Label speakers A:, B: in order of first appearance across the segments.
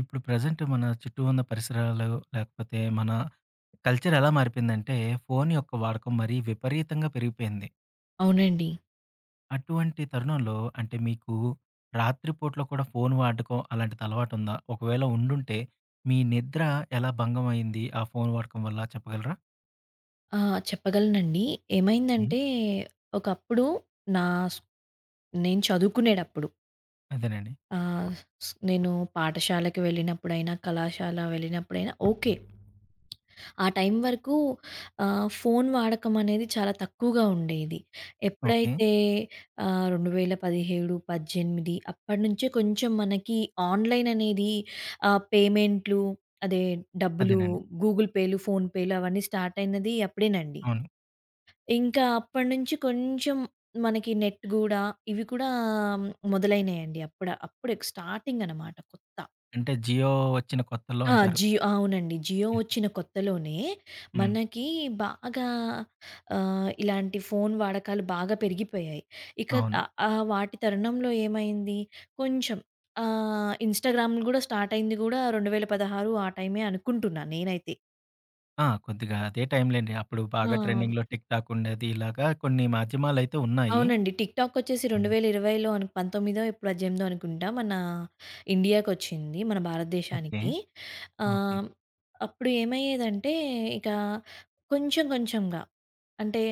A: ఇప్పుడు ప్రెజెంట్ మన చుట్టూ ఉన్న పరిసరాలు లేకపోతే మన కల్చర్ ఎలా మారిపోయిందంటే ఫోన్ యొక్క వాడకం మరీ విపరీతంగా పెరిగిపోయింది.
B: అవునండి.
A: అటువంటి తరుణంలో అంటే మీకు రాత్రి పూటలో కూడా ఫోన్ వాడకం అలాంటిది అలవాటుందా? ఒకవేళ ఉండుంటే మీ నిద్ర ఎలా భంగం అయింది ఆ ఫోన్ వాడకం వల్ల చెప్పగలరా?
B: ఆ! చెప్పగలనండి.
A: హ్మ్.
B: ఏమైందంటే, ఒకప్పుడు నా స్ నేను చదువుకునేటప్పుడు
A: అదేనండి.
B: ఆహ్, స్ నేను పాఠశాలకి వెళ్ళినప్పుడైనా, కళాశాల వెళ్ళినప్పుడైనా ఓకే. ఆ టైం వరకు ఫోను వాడకం అనేది చాలా తక్కువగా ఉండేది.
A: ఓకే.
B: ఎప్పుడైతే 2017, 18 అప్పటినుంచే కొంచెం మనకి ఆన్‌లైన్ అనేది పేమెంట్లు అదే డబ్బులు
A: అదేనండి.
B: గూగుల్ పేలు, ఫోన్ పేలు అవన్నీ స్టార్ట్ అయినది అప్పుడేనండి.
A: అవును.
B: ఇంకా అప్పటినుంచి కొంచెం మనకి నెట్ గూడా, ఇవి కూడా మ్, మొదలైనాయండి. అప్పుడే స్టార్టింగ్ అనమాట కొత్త.
A: అంటే జియో వచ్చిన కొత్తల్లో
B: ఆ!
A: అంటారు.
B: జియో అవునండి. జియో వచ్చిన కొత్తలోనే
A: హ్మ్.
B: మనకి బాగా ఇలాంటి ఫోను వాడకాలు బాగా పెరిగిపోయాయి. ఇక
A: అవును.
B: ఆహ్, ఆహ్, వాటి తరుణంలో ఏమైంది, కొంచెం ఇన్‌స్టాగ్రామ్‌లు గూడా స్టార్ట్ అయింది గూడా 2016 ఆ టైమే అనుకుంటున్నా నేనైతే.
A: ఆ, కొద్దిగా అదే టైంలేండి. అప్పుడు
B: ఆ!
A: బాగా ట్రెండింగ్‌లో టిక్ టాక్ ఉండేది. ఇలాగా కొన్ని మాధ్యమాలైతే ఉన్నాయి.
B: అవునండి. టిక్‌టాకొచ్చేసి
A: హ్మ్.
B: 2020లో అను 19 ఎప్పుడో 18 అనుకుంటా మన ఇండియాకొచ్చింది. మన
A: ఓకే.
B: భారతదేశానికి.
A: ఓకే.
B: ఆహ్, అప్పుడు ఏమయ్యేదంటే ఇక కొంచెం కొంచెంగా అంటే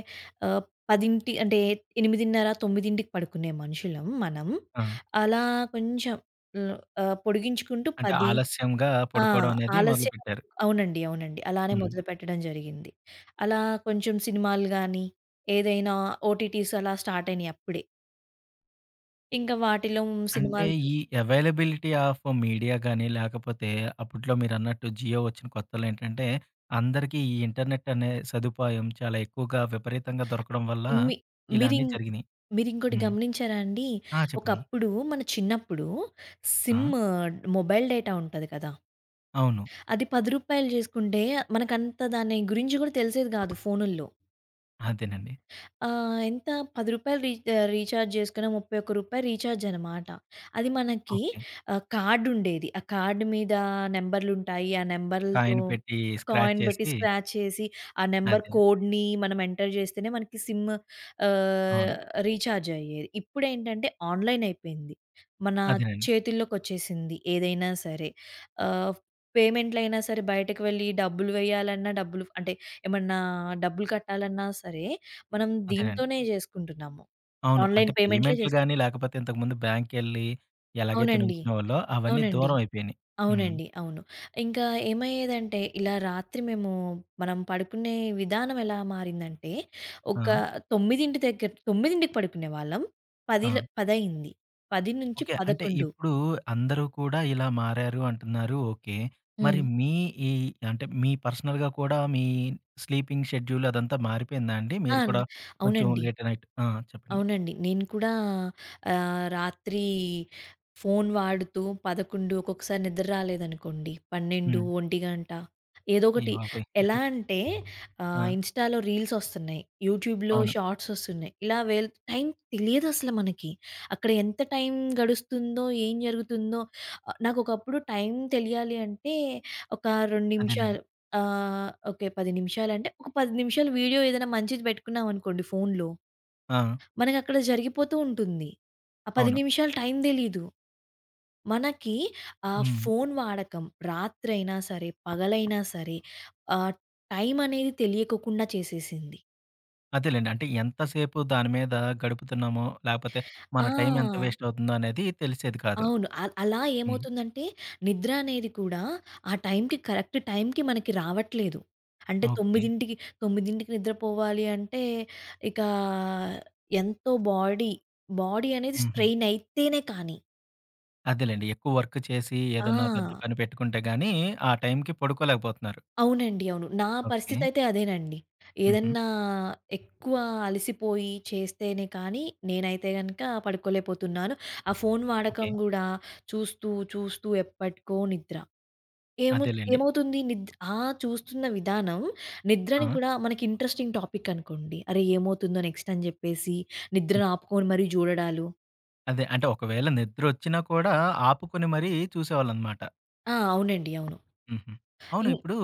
B: ఆహ్, 10 అంటే 8:30, 9కి పడుకునే మనుషులం మనం.
A: ఆ,
B: అలా కొంచెం ల్ పొడిగించుకుంటూ
A: అంటే
B: 10.
A: ఆలస్యంగా
B: ఆ!
A: పడుకోవడం అనేది
B: ఆలస్యం
A: మొదలుపెట్టారు.
B: అవునండి. అవునండి. అలానే
A: హ్మ్.
B: మొదలుపెట్టడం జరిగింది. అలా కొంచెం సినిమాలు గాని, ఏదైనా ఓటీటీస్ అలా స్టార్ట్ అయినాయి అప్పుడే. ఇంకా వాటిలో
A: అంటే
B: సినిమాలు
A: ఈ
B: చూసి
A: అవైలబిలిటీ ఆఫ్ మీడియా గాని, లేకపోతే అప్పట్లో మీరన్నట్టు జియో వచ్చిన కొత్తలో ఏంటంటే, అందరికీ ఈ ఇంటర్నెట్ అనే సదుపాయం చాలా ఎక్కువగా విపరీతంగా దొరకడం వల్ల
B: మీ
A: ఇలా అన్నీ
B: మీరింగ్
A: జరిగినాయి.
B: మీరింకోటి
A: హ్మ్.
B: గమనించారా అండి?
A: ఆ, చెప్పండి.
B: ఒకప్పుడు మన చిన్నప్పుడు
A: ఆ,
B: సిమ్ మొబైల్ డేటా ఉంటది కదా!
A: అవును.
B: అది రూ. 10 చేసుకుంటే మనకంత దాని గురించి కూడా తెలిసేది కాదు ఫోనుల్లో.
A: అదేనండి.
B: ఆ! ఎంత రూ. రీచార్జ్ చేసుకున్న రూ. 31 రీచార్జ్ అనమాట. అది మనకి
A: ఓకే.
B: కార్డ్ ఉండేది. ఆ కార్డ్ మీద నంబర్లుంటాయి. ఆ నంబర్లతో
A: కాయిన్ పెట్టి స్క్రాచ్
B: కాయిన్ పెట్టి
A: చేసి
B: స్క్రాచ్ చేసి, ఆ నంబర్
A: అదే.
B: కోడ్‌ని మనం ఎంటర్ చేస్తేనే మనకి సిమ్
A: అవును.
B: ఆహ్, రీచార్జ్ అయ్యేది. ఇప్పుడేంటంటే ఆన్‌లైన్ అయిపోయింది. మన
A: అదేనండి.
B: చేతుల్లోకొచ్చేసింది ఏదైనా సరే. ఆహ్, పేమెంట్‌లైనా సరే బయటకు వెళ్లి డబ్బులు వేయాలన్నా డబ్బులు అంటే ఏమన్నా డబ్బులు కట్టాలన్నా సరే మనం
A: అదేనండి.
B: దీంతోనే జేసుకుంటున్నాము.
A: అవును. అంటే
B: ఆన్‌లైన్ పేమెంట్‌లే
A: పేమెంట్‌లు
B: చేస్తున్నాం.
A: గాని, లేకపోతే ఇంతకుముందు బ్యాంక్‌కెళ్ళి ఎలాగైతే
B: అవునండి.
A: నుంచునేవాళ్ళో అవన్నీ
B: అవునండి.
A: దూరం అయిపోయినియి. హ్మ్.
B: అవునండి. అవును. ఇంకా ఏమయ్యేదంటే ఇలా రాత్రి మేము మనం పడుకునే విధానం ఎలా మారిందంటే, ఒక
A: ఆ.
B: 9:00కి పడుకునేవాళ్ళం.
A: ఆ.
B: పదిల పదయింది.
A: ఓకే. అంటే
B: 10-11.
A: ఇప్పుడు అందరూ కూడా ఇలా మారారు అంటున్నారు. ఓకే. మరి
B: హ్మ్.
A: మీ ఈ అంటే మీ పర్సనల్‌గా కూడా మీ స్లీపింగ్ షెడ్యూల్ అదంతా మారిపోయిందా అండి?
B: ఆ!
A: మీరు కూడా కొంచెం
B: అవునండి.
A: లేట్ నైట్ ఆ, చెప్పండి.
B: అవునండి. నేను కూడా రాత్రి ఫోను వాడుతూ 11, ఒక్కొక్కసారి నిద్ర రాలేదనుకోండి 12,
A: హ్మ్.
B: 1 గంట. ఏదో
A: అయ్య
B: ఒకటి.
A: బాబోయ్!
B: ఎలా అంటే
A: ఆ,
B: ఇన్‌స్టాలో రీల్స్ ఒస్తున్నాయి. యూట్యూబ్‌లో
A: అవును.
B: షార్ట్స్ ఒస్తున్నాయి. ఇలా వెల్ టైం తెలియదసల మనకి. అక్కడ ఎంత టైం గడుస్తుందో, ఏం జరుగుతుందో నాకొకప్పుడు టైం తెలియాలి అంటే ఒక 2
A: అదేనండి.
B: నిమిషాలు ఓకే. 10 నిమిషాలంటే ఒక 10 నిమిషాలు వీడియో ఏదైనా మంచిది పెట్టుకున్నామనుకోండి ఫోనులో
A: ఆ,
B: మనకక్కడ జరిగిపోతూ ఉంటుంది. ఆ 10
A: అవును.
B: నిమిషాలు టైం తెలీదు. మనకి
A: హ్మ్.
B: ఫోను వాడకం రాత్రైనా సరే, పగలైనా సరే ఆహ్, టైం అనేది తెలియకోకుండా చేసేసింది.
A: అదేలెండి. అంటే ఎంతసేపు దాని మీద గడుపుతున్నామో, లేపోతే మన
B: ఆ!
A: టైం ఎంత వేస్ట్ అవుతుందో అనేది తెలిసేది కాదు.
B: అవును. అలా
A: హ్మ్.
B: ఏమవుతుందంటే నిద్ర అనేది కూడా ఆ టైంకి కరెక్ట్ టైంకి మనకి రావట్లేదు. అంటే
A: ఓకే.
B: 9కి నిద్రపోవాలి అంటే ఇక ఎంతో బాడీ, బాడీ అనేది
A: హుహు.
B: స్ట్రెయిన్ అయితేనే కానీ.
A: అదేలెండి. ఎక్కువ వర్క్ చేసి ఏదన్నా పెద్ద
B: ఆ!
A: పని పెట్టుకుంటే గాని ఆ టైంకి పడుకోలేకపోతున్నారు.
B: అవునండి. అవును. నా
A: ఓకే.
B: పరిస్థితయితే అదేనండి.
A: హుహు.
B: ఏదన్నా ఎక్కువ అలసిపోయి చేస్తేనే కానీ, నేనైతే గనక పడుకోలేకపోతున్నాను. ఆ ఫోను
A: ఓకే.
B: వాడకం గూడా చూస్తూ, చూస్తూ ఎప్పటికో నిద్ర. ఏమౌ
A: అదేలెండి.
B: ఏమవుతుంది నిద్ర ఆ చూస్తున్న విధానం
A: ఆ.
B: నిద్రని కూడా మనకి ఇంట్రెస్టింగ్ టాపిక్ అనుకోండి. అరే! ఏమవుతుందో నెక్స్ట్ అని జెప్పేసి
A: హ్మ్.
B: నిద్రను ఆపుకొని మరీ జూడడాలు.
A: అదే. అంటే ఒకవేళ నిద్రొచ్చినా కూడా ఆపుకొని మరీ చూసేవాళ్ళనమాట.
B: ఆ! అవునండి. అవును.
A: హుహు. అవును.
B: ఇం
A: ఇప్పుడు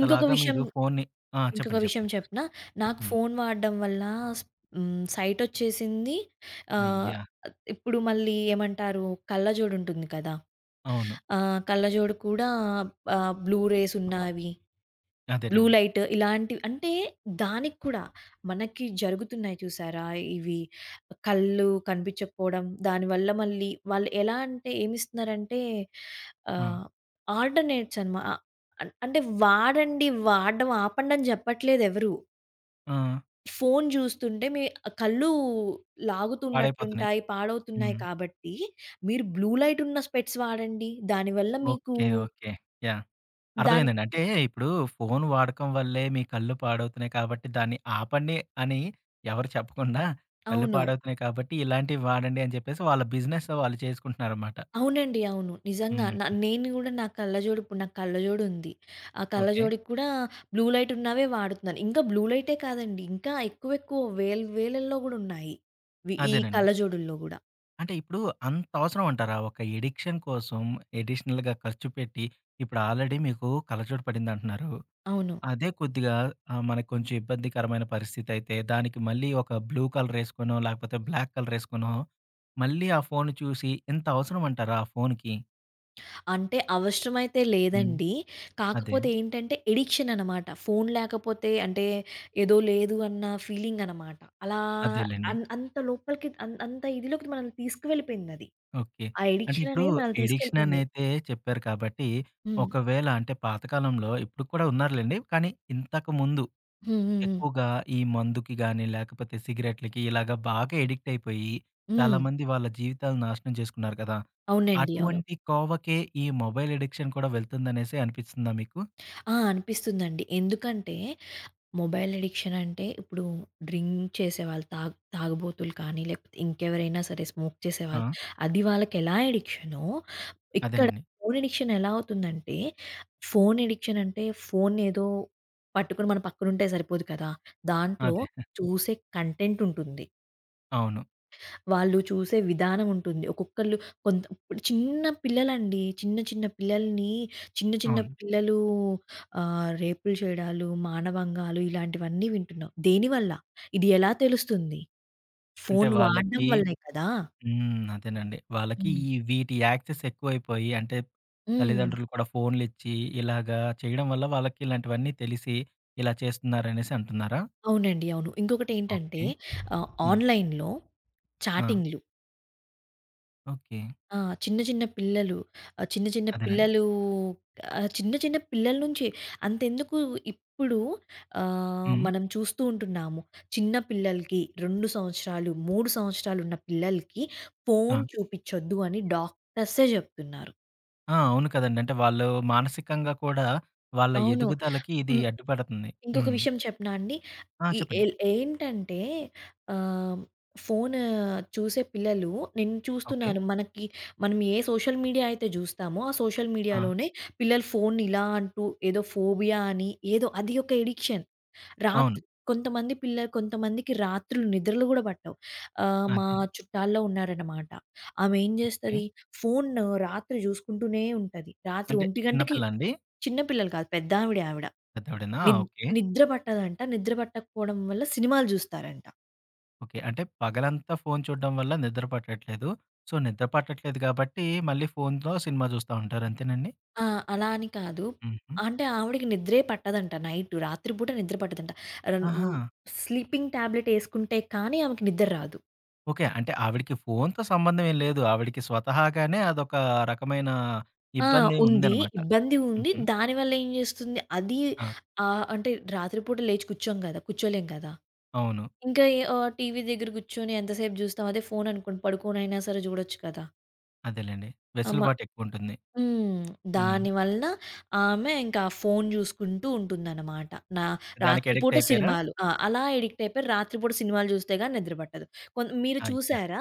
B: ఇంకొక విషయం
A: మీరు ఫోన్‌ని ఆ,
B: ఇంకొక
A: చెప్పండి,
B: విషయం
A: చెప్పండి.
B: చెప్పనా? నాకు
A: హ్మ్.
B: ఫోను వాడడం వల్ల స్ హ్మ్. సైటొచ్చేసింది. ఆహ్,
A: అయ్యా!
B: ఇప్పుడు మళ్ళీ ఏమంటారు? కళ్ళజోడు ఉంటుంది కదా!
A: అవును.
B: కళ్ళజోడు కూడా బ్లూ రేస్ ఉన్నవి, బ్లూ
A: అదేనండి.
B: లైట్ ఇలాంటివి అంటే దానికి కూడా మనకి జరుగుతున్నాయి చూసారా? ఇవి కళ్ళు కనిపించకపోవడం, దానివల్ల మళ్ళీ వాళ్ళు ఎలా అంటే ఏమిస్తున్నారంటే
A: ఆ.
B: ఆహ్, ఆల్టర్‌నేట్స్ అనమా ఆహ్, అంటే వాడండి, వాడడం ఆపండని చెప్పట్లేదెవరు.
A: ఆ,
B: ఫోను జూస్తుంటే మీ కళ్ళు
A: పాడైపోతున్నాయి.
B: లాగుతున్నట్లుంటాయి, పాడవుతున్నాయి
A: హ్మ్.
B: కాబట్టి, మీరు బ్లూ లైట్ ఉన్న స్పెట్స్ వాడండి. దానివల్ల మీకు
A: ఓకే. ఓకే. యాహ్!
B: దాన్
A: అర్థమైందండి. అంటే ఇప్పుడు ఫోను వాడకం వల్లే మీ కళ్ళు పాడవుతున్నాయి కాబట్టి దాన్ని ఆపండి అని ఎవరు చెప్పకుండా కళ్ళు
B: అవును.
A: పాడవుతున్నాయి కాబట్టి ఇలాంటివి వాడండి అని చెప్పేసి వాళ్ళ బిజినెస్ వాళ్ళు చేసుకుంటున్నారన్నమాట.
B: అవునండి. అవును. నిజంగా.
A: హుహు.
B: నేను గూడా నా కళ్ళజోడు ఇప్పుడు నాకు కళ్ళజోడుంది. ఆ
A: ఓకే.
B: కళ్ళజోడుకి కూడా బ్లూ లైట్ ఉన్నవే వాడుతున్నాను. ఇంకా బ్లూ లైటే కాదండి. ఇంకా ఎక్కువ ఎక్కువ వేలల్లో గూడా ఉన్నాయి. ఈ
A: అదేనండి.
B: కళ్ళజోడుల్లో గూడా.
A: అంటే ఇప్పుడు అంత అవసరం అంటారా? ఒక ఎడిక్షన్ కోసం ఎడిషనల్‌గా ఖర్చు పెట్టి ఇప్పుడు ఆల్రెడీ మీకు కళ్ళజోడు పడిందంటున్నారు.
B: అవును.
A: అదే కొద్దిగా మనకు కొంచెం ఇబ్బందికరమైన పరిస్థితయితే, దానికి మళ్ళీ ఒక బ్లూ కలరేసుకొనో, లేకపోతే బ్లాక్ కలరేసుకొనో, మళ్ళీ ఆ ఫోను చూసి ఇంత అవసరం అంటారా ఆ ఫోనుకి?
B: అంటే అవసరమైతే
A: హ్మ్.
B: లేదండి.
A: అదే.
B: కాకపోతే ఏంటంటే ఎడిక్షన్ అనమాట. ఫోను లేకపోతే అంటే ఏదో లేదు అన్న ఫీలింగ్ అనమాట. అలా
A: అదేలెండి.
B: అన్ అంత లోపలికి అన్ అంత ఇదిలోకి మనల్ని తీసుకువెళ్ళిపోయిందది.
A: ఓకే.
B: ఆ
A: అంటే
B: ఎడిక్షన్
A: ఇప్పుడు
B: అనేది మనల్ని తీసుకెళ్ళిపోయింది.
A: ఎడిక్షననైతే చెప్పారు కాబట్టి,
B: హ్మ్.
A: ఒకవేళ అంటే పాతకాలంలో ఇప్పటికి కూడా ఉన్నారులెండి. కానీ ఇంతకుముందు
B: హ్మ్. హ్మ్. హ్మ్.
A: ఎక్కువగా ఈ మందుకి గాని, లేకపోతే సిగరెట్‌లకి ఇలాగ బాగా ఎడిక్ట్ అయిపోయి,
B: హ్మ్.
A: చాలామంది వాళ్ళ జీవితాలను నాశనం చేసుకున్నారు కదా!
B: అవునండి. అవును.
A: అటువంటి కోవకే ఈ మొబైల్ ఎడిక్షన్ కూడా వెళ్తుందనేసి అనిపిస్తుందా మీకు?
B: ఆ! అనిపిస్తుందండి. ఎందుకంటే మొబైల్ ఎడిక్షన్ అంటే ఇప్పుడు డ్రింక్ చేసేవాళ్ళు తాగుబోతులు కానీ లేకపోతే ఇంకెవరైనా సరే స్మోక్
A: ఆ,
B: చేసేవాళ్ళు అది వాళ్ళకి ఎలా ఎడిక్షనో ఇక్కడ
A: అదేనండి.
B: ఫోను ఎడిక్షన్ ఎలా అవుతుందంటే, ఫోను ఎడిక్షన్ అంటే ఫోను ఏదో పట్టుకొని మన పక్కన ఉంటే సరిపోదు కదా! దాంట్లో
A: అదే.
B: చూసే కంటెంట్ ఉంటుంది.
A: అవును,
B: వాళ్ళు చూసే విధానం ఉంటుంది. ఒక్కొక్కళ్ళు కొంత ఇప్పుడు చిన్న పిల్లలండి. చిన్న చిన్న పిల్లల్ని చిన్న చిన్న
A: అవును.
B: పిల్లలు రేపులు చేయడాలు, మానభంగాలు ఇలాంటివన్నీ వింటున్నాం. దేనివల్ల? ఇది ఎలా తెలుస్తుంది?
A: అంటే
B: ఫోను వాడడం
A: వాళ్ళకి
B: వల్లే కదా!
A: హ్మ్. అదేనండి. వాళ్ళకి
B: హ్మ్.
A: ఈ వీటి యాక్సెస్ ఎక్కువైపోయి అంటే,
B: హ్మ్.
A: తల్లిదండ్రులు కూడా ఫోన్‌లిచ్చి, ఇలాగా చేయడం వల్ల వాళ్ళకి ఇలాంటివన్నీ తెలిసి, ఇలా చేస్తున్నారనేసి అంటున్నారా?
B: అవునండి. అవును. ఇంకొకటేంటంటే
A: ఓకే. హ్మ్.
B: ఆన్‌లైన్‌లో
A: ఆ.
B: చాటింగ్‌లు.
A: ఓకే.
B: ఆ! చిన్న చిన్న పిల్లలు, ఆహ్, చిన్న చిన్న
A: అదేనండి.
B: పిల్లలు ఆహ్, చిన్న చిన్న పిల్లల నుంచి అంతెందుకు ఇప్పుడు
A: హ్మ్.
B: మనం చూస్తూ ఉంటున్నాము. చిన్న పిల్లలకి 2 సంవత్సరాలు, 3 సంవత్సరాలున్న పిల్లలకి
A: ఆ,
B: ఫోను చూపిచ్చొద్దు అని డాక్టర్సే జెప్తున్నారు.
A: ఆ, అవును కదండీ. అంటే వాళ్ళు మానసికంగా కూడా వాళ్ళ
B: అవును.
A: ఎదుగుదలకి ఇది అడ్డుపడుతుంది.
B: ఇంకొక
A: హ్మ్.
B: విషయం చెప్పనా అండి?
A: ఆ,
B: ఈ
A: చెప్పండి.
B: ఎల్ ఏంటంటే ఆహ్, ఫోను చూసే పిల్లలు నేను
A: ఓకే.
B: చూస్తున్నాను. మనకి మనం ఏ సోషల్ మీడియా అయితే జూస్తామో, ఆ సోషల్
A: ఆ,
B: మీడియాలోనే పిల్లలు ఫోన్ని ఇలా అంటూ ఏదో ఫోబియా అని ఏదో అది ఒక ఎడిక్షన్.
A: అవును.
B: రాత్రి కొంతమందికి రాత్రులు నిద్రలు గూడా పట్టవు. మా
A: అదే.
B: చుట్టాల్లో ఉన్నారనమాట. ఆమె ఏం
A: ఓకే.
B: జేస్తది? ఫోను రాత్రి జూసుకుంటూనే ఉంటది. రాత్రి
A: అంటే
B: 1
A: చిన్న
B: గంటకి.
A: పిల్ల అండి?
B: చిన్న పిల్లలు కాదు పెద్దావిడే ఆవిడ.
A: పెద్దావిడేనా? ఆ,
B: నిద్
A: ఓకే.
B: నిద్ర పట్టదంట. నిద్ర పట్టకపోవడం వల్ల సినిమాలు జూస్తారంట.
A: ఓకే. అంటే పగలంతా ఫోను చూడడం వల్ల నిద్ర పట్టట్లేదు. సో, నిద్ర పట్టట్లేదు కాబట్టి మళ్ళీ ఫోనుతో సినిమా చూస్తా ఉంటారు. అంతేనండి?
B: ఆ! అలా అని కాదు.
A: హుహు.
B: అంటే ఆవిడకి నిద్రే పట్టదంట నైట్. రాత్రి పూట నిద్ర పట్టదంట. రన్
A: ఆహా!
B: హ్మ్. స్లీపింగ్ టాబ్లెట్ యేసుకుంటే కానీ ఆమెకి నిద్ర రాదు.
A: ఓకే. అంటే ఆవిడకి ఫోనుతో సంబంధం ఏం లేదు. ఆవిడకి స్వతహాగానే అదొక రకమైన
B: ఆ!
A: ఇబ్బంది
B: ఉంది.
A: ఉందనమాట.
B: ఇబ్బంది ఉంది.
A: హుహు.
B: దానివల్ల ఏం జేస్తుంది? అది
A: ఆ.
B: అంటే రాత్రి పూట లేచి కూర్చోం గదా! కూర్చోలేం కదా!
A: అవును.
B: ఇంకా ఏ టీవీ దగ్గర కూర్చొని ఎంతసేపు జూస్తాం. అదే ఫోననుకోండి పడుకోనైనా సరే జూడొచ్చు కదా!
A: అదేలెండి.
B: అమ్మ
A: వెసులుబాటు ఎక్కువుంటుంది.
B: హ్మ్.
A: హ్మ్.
B: దానివల్ల ఆమె ఇంకా ఫోను జూసుకుంటూ ఉంటుందనమాట. నా
A: దానికి అడిక్ట్
B: రాత్రిపూట
A: అయిపోయారా?
B: సినిమాలు. ఆ! అలా ఎడిక్ట్ అయిపోయారు. రాత్రిపూట సినిమాలు జూస్తే గాని నిద్ర పట్టదు. మీరు
A: అయ్యా!
B: చూసారా?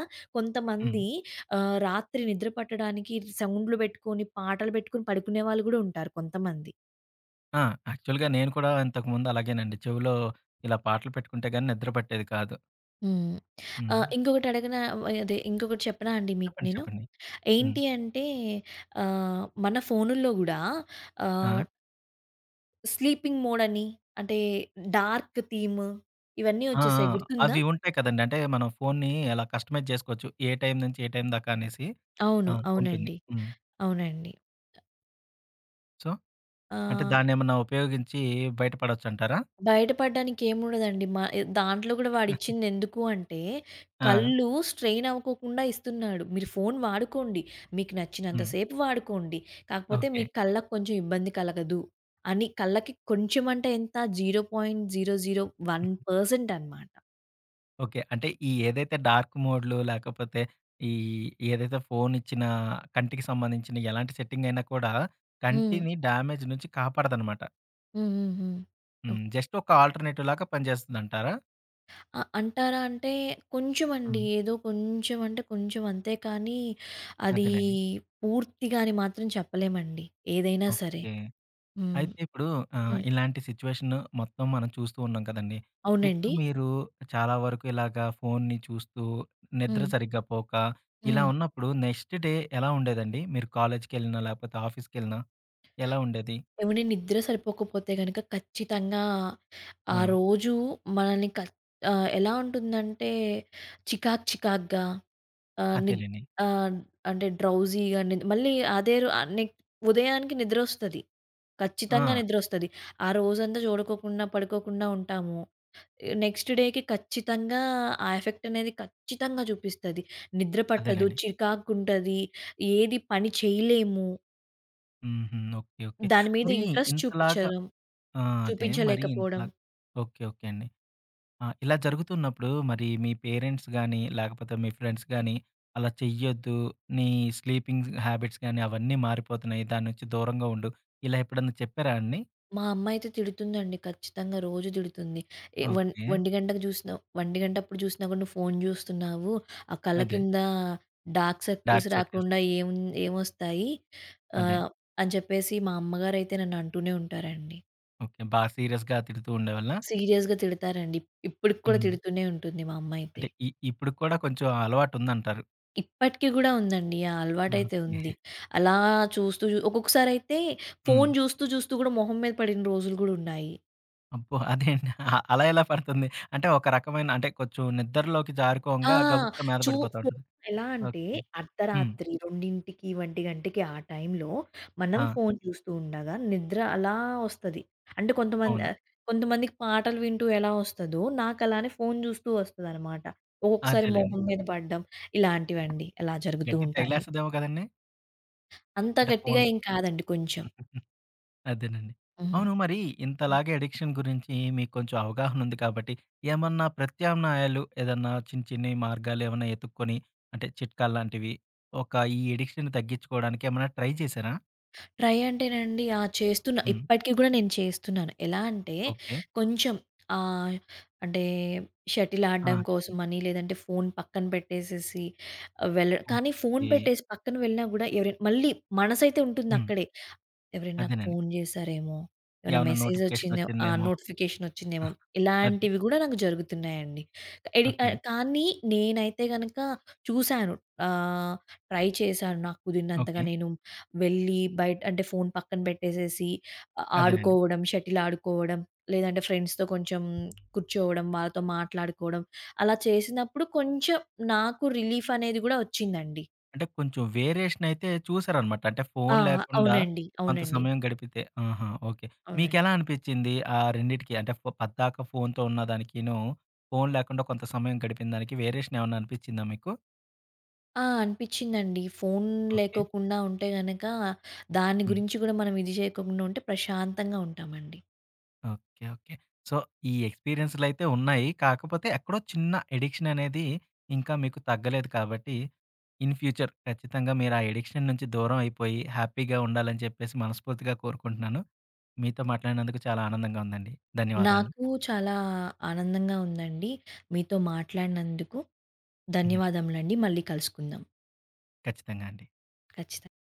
A: హ్మ్.
B: కొంతమంది రాత్రి నిద్ర పట్టడానికి సౌండ్‌లు బెట్టుకొని, పాటలు బెట్టుకొని పడుకునే వాళ్ళు గూడా ఉంటారు కొంతమంది.
A: ఆ, యాక్చువల్‌గా నేను కూడా ఇంతకుముందు అలాగేనండి. చెవిలో ఇలా పాటలు పెట్టుకుంటే గాని నిద్ర పట్టేది కాదు.
B: హ్మ్. ఆహ్,
A: హ్మ్.
B: ఇంకొకటి అడగనా అదే ఇంకొకటి చెప్పనా అండి మీకు
A: చెప్పండి,
B: నేను?
A: చెప్పండి. హ్మ్.
B: ఏంటి అంటే మన ఫోనుల్లో గూడా
A: ఆ.
B: ఆహ్ స్లీపింగ్ మోడ్ అని, అంటే డార్క్ థీమ్ ఇవన్నీ
A: ఆ. ఆ,
B: వచ్చేసాయి గుర్తుందా?
A: అవి ఉంటాయి కదండీ. అంటే మనం ఫోన్‌ని ఎలా కస్టమైజ్ చేసుకోవచ్చు. ఏ టైం నుంచి ఏ టైం దాకా అనేసి. ఆ,
B: అవును.
A: ఉంటుంది.
B: అవునండి.
A: హ్మ్.
B: అవునండి.
A: సో, అంటే
B: ఆహ్,
A: దాన్నేమన్నా ఉపయోగించి బయట పడొచ్చంటారా?
B: బయటపడడానికి ఏముండదండి. దాంట్లో కూడా వాడిచ్చిందెందుకు అంటే,
A: ఆ.
B: కళ్ళు స్ట్రెయిన్ అవ్వకోకుండా ఇస్తున్నాడు. మీరు ఫోను వాడుకోండి. మీకు నచ్చినంత
A: హ్మ్.
B: సేపు వాడుకోండి. కాకపోతే
A: ఓకే.
B: మీ కళ్ళకి కొంచెం ఇబ్బంది కలగదు అని కళ్ళకి కొంచెం అంటే ఎంత 0.001% అనమాట.
A: ఓకే. అంటే ఈ ఏదైతే డార్క్ మోడ్‌లు లేకపోతే ఈ ఏదైతే ఫోన్ ఇచ్చిన కంటికి సంబంధించిన ఎలాంటి సెట్టింగ్ అయినా కూడా
B: హ్మ్.
A: కంటిని డ్యామేజ్ నుంచి కాపాడదనమాట.
B: హ్మ్. హ్మ్. హ్మ్.
A: హ్మ్. జస్ట్ ఒక ఆల్టర్‌నేటివ్ లాగా పనిచేస్తుందంటారా?
B: అంటారా అంటే కొంచెమండి.
A: హ్మ్.
B: ఏదో కొంచెం అంటే కొంచెం అంతే కానీ, అది
A: అదేలెండి.
B: పూర్తిగా అని మాత్రం చెప్పలేమండి. ఏదైనా సరే.
A: ఓకే.
B: హ్మ్.
A: అయితే ఇప్పుడు
B: హ్మ్.
A: ఇలాంటి సిట్యుయేషన్ మొత్తం మనం చూస్తూ ఉన్నాం కదండీ! ఇప్పుడు
B: అవునండి.
A: మీరు చాలా వరకు ఇలాగా ఫోన్‌ని చూస్తూ నిద్ర
B: హ్మ్.
A: సరిగ్గా పోక ఇలా
B: హ్మ్.
A: ఉన్నప్పుడు నెక్స్ట్ డే ఎలా ఉండేదండి? మీరు కాలేజ్‌కెళ్ళినా లేకపోతే ఆఫీస్‌కెళ్ళినా ఎలా ఉండేది?
B: ఏవండీ నిద్ర సరిపోకపోతే గనక ఖచ్చితంగా
A: ఆ,
B: ఆ రోజు మనల్ని క ఎలా ఉంటుందంటే చికాకు చికాకుగా ఆహ్, నిద్
A: అదేలెండి.
B: ఆహ్, అంటే డ్రౌజీగా నిద్ మళ్ళీ అదే రో ఆహ్, నెక్ ఉదయానికి నిద్రొస్తది.
A: ఆ,
B: ఖచ్చితంగా నిద్రొస్తది. ఆ రోజంతా చూడుకోకుండా, పడుకోకుండా ఉంటాము. నెక్స్ట్ డేకి ఖచ్చితంగా ఆ ఎఫెక్ట్ అనేది ఖచ్చితంగా చూపిస్తది. నిద్ర పట్టదు,
A: అదేలెండి.
B: చికాకుంటది, ఏది పని చేయలేము,
A: హుహు. ఓకే. ఓకే.
B: దాని మీద
A: మరి
B: ఇంట్రెస్ట్
A: ఇంతలాగా
B: చూపించడం
A: ఆ, అదే మరి ఇంతలా
B: చూపించలేకపోవడం.
A: ఓకే. ఓకే అండి. ఆ, ఇలా జరుగుతున్నప్పుడు మరి మీ పేరెంట్స్ గాని, లేకపోతే మీ ఫ్రెండ్స్ గాని అలా చెయ్యొద్దు, నీ స్లీపింగ్ హ్యాబిట్స్ గాని అవన్నీ మారిపోతున్నాయి. దాని నుంచి దూరంగా ఉండు. ఇలా ఎప్పుడన్నా చెప్పారా అండి?
B: మా అమ్మ అయితే తిడుతుందండి. ఖచ్చితంగా రోజు తిడుతుంది. ఎ ఒం
A: ఓకే.
B: ఒంటి గంటకు చూసినా ఒంటి గంట అప్పుడు చూసినా కూడా నువ్వు ఫోను చూస్తున్నావు. ఆ కళ్ళ
A: అదే.
B: కింద డార్క్ సర్కిల్స్
A: డార్క్ సర్కిల్స్.
B: రాకుండా ఏమొస్తాయి?
A: అదే.
B: ఆహ్, అని చెప్పేసి మా అమ్మగారైతే నన్ను అంటూనే ఉంటారండి.
A: ఓకే. బా సీరియస్‌గా తిడుతూ ఉండేవాళ్ళా?
B: సీరియస్‌గా తిడతారండి. ఇప్పటికి కూడా
A: హ్మ్.
B: తిడుతూనే ఉంటుంది మా అమ్మ అయితే.
A: అంటే ఇప్పుడు కూడా కొంచెం అలవాటుందంటారు.
B: ఇప్పటికి కూడా ఉందండి. ఆ అలవాటైతే ఉంది.
A: ఓకే.
B: అలా చూస్తూ ఒక్కొక్కసారయితే
A: హ్మ్.
B: ఫోను చూస్తూ, చూస్తూ కూడా మొహం మీద పడిన రోజులు కూడా ఉన్నాయి.
A: అబ్బో! అదేండి. అలా ఎలా పడుతుంది? అంటే ఒక రకమైన అంటే కొంచెం నిద్రలోకి
B: ఆ!
A: జారుకోంగా గబుక్కున మీద
B: చూ
A: పడిపోతా
B: ఫోను
A: ఉంటది.
B: ఎలా అంటే
A: ఓకే. హ్మ్.
B: అర్ధరాత్రి 2కి, 1 ఆ టైంలో మనం
A: ఆ,
B: ఫోను చూస్తూ ఉండగా నిద్ర అలా వస్తది. అంటే కొంతమంది
A: అవును.
B: కొంతమందికి పాటలు వింటూ ఎలా వస్తదో నాకలానే ఫోను చూస్తూ వస్తదనమాట. ఒక్కొక్కసారి
A: అదేలెండి.
B: మొహం మీద పడడం ఇలాంటివండి. అలా జరుగుతూ
A: గట్టిగా
B: ఉంటాయి.
A: తగిలేస్తదేమో కదండీ!
B: అంత
A: అంటే
B: గట్టిగా
A: ఫోను
B: ఏం కాదండి కొంచెం.
A: అదేనండి. అవును మరి
B: హ్మ్.
A: ఇంతలాగా అడిక్షన్ గురించి మీకు కొంచెం అవగాహన ఉంది కాబట్టి, ఏమన్నా ప్రత్యామ్నాయాలు ఏదన్నా చిన్న చిన్ని మార్గాలు ఏమన్నా ఎతుక్కొని అంటే చిట్కాలు లాంటివి ఒక ఈ అడిక్షన్‌ని తగ్గించుకోవడానికి ఏమన్నా ట్రై చేశారా?
B: ట్రై అంటేనండి. ఆ! చేస్తున్నా.
A: హ్మ్.
B: ఇప్పటికి గూడా నేను చేస్తున్నాను. ఎలా అంటే
A: ఓకే.
B: కొంచెం ఆహ్, అంటే షటిల్
A: ఆ,
B: ఆడడం
A: చెప్పండి.
B: కోసమని, లేదంటే ఫోను పక్కన పెట్టేసేసి కానీ ఫోను
A: ఓకే.
B: పెట్టేసి పక్కన వెళ్ళినా గూడా ఎవరైనా మళ్ళీ మనసైతే
A: హ్మ్.
B: ఉంటుందక్కడే. ఎవరైనా నాకు
A: అదేనండి.
B: ఫోను జేశారేమో, ఏమైనా
A: ఏమన్నా నోటిఫికేషన్
B: మెసేజొచ్చిందే
A: వచ్చిందేమో.
B: నోటిఫికేషనొచ్చిందేమో,
A: అదే.
B: ఇలాంటివి గూడా నాకు జరుగుతున్నాయండి.
A: ఓకే.
B: కానీ నేనైతే గనక చూశాను. ఆహ్, ట్రై చేశాను. నాకు
A: ఓకే.
B: కుదిరినంతగా నేను వెళ్ళి బయట అంటే ఫోను పక్కన పెట్టేసేసి
A: అదేనండి.
B: ఆడుకోవడం, షటిల్ ఆడుకోవడం, లేదంటే ఫ్రెండ్స్‌తో కొంచెం కూర్చోవడం, వాళ్ళతో మాట్లాడుకోవడం, అలా చేసినప్పుడు కొంచెం నాకు రిలీఫనేది గూడా ఒచ్చిందండి.
A: అంటే కొంచెం వేరియేషన్ అయితే చూసారనమాట. అంటే
B: ఆ!
A: ఫోను లేకుండా
B: అవునండి.
A: కొంత
B: అవునండి.
A: సమయం గడిపితే. ఆహా! ఓకే. మీకెలా
B: అవునండి.
A: అనిపిచ్చింది? ఆ రెండిటికి అంటే పద్దాక ఫోనుతో ఉన్న దానికిను, ఫోను లేకుండా కొంత సమయం గడిపిన దానికి వేరియేషన్ ఏమన్నా అనిపిచ్చిందా మీకు?
B: ఆ! అనిపిచ్చిందండి. Phone
A: okay.
B: లేకోకుండా ఉంటే గనక, దాని
A: హ్మ్.
B: గురించి గూడా మనం ఇది జేయకుండా ఉంటే ప్రశాంతంగా ఉంటామండి.
A: ఓకే. ఓకే. సో, ఈ ఎక్స్‌పీరియన్స్‌లయితే ఉన్నాయి. కాకపోతే ఎక్కడో చిన్న ఎడిక్షన్ అనేది ఇంకా మీకు తగ్గలేదు కాబట్టి, ఇన్ ఫ్యూచర్ ఖచ్చితంగా మీరు ఆ ఎడిక్షన్ నుంచి దూరం అయిపోయి హ్యాపీగా ఉండాలని చెప్పేసి మనస్ఫూర్తిగా కోరుకుంటున్నాను. మీతో మాట్లాడినందుకు చాలా ఆనందంగా ఉందండి. ధన్యవాదాలు.
B: నాకు చాలా ఆనందంగా ఉందండి. మీతో మాట్లాడినందుకు
A: హ్మ్.
B: ధన్యవాదములండి. మళ్ళీ కలుసుకుందాం.
A: ఖచ్చితంగా అండి.
B: ఖచ్చితంగా.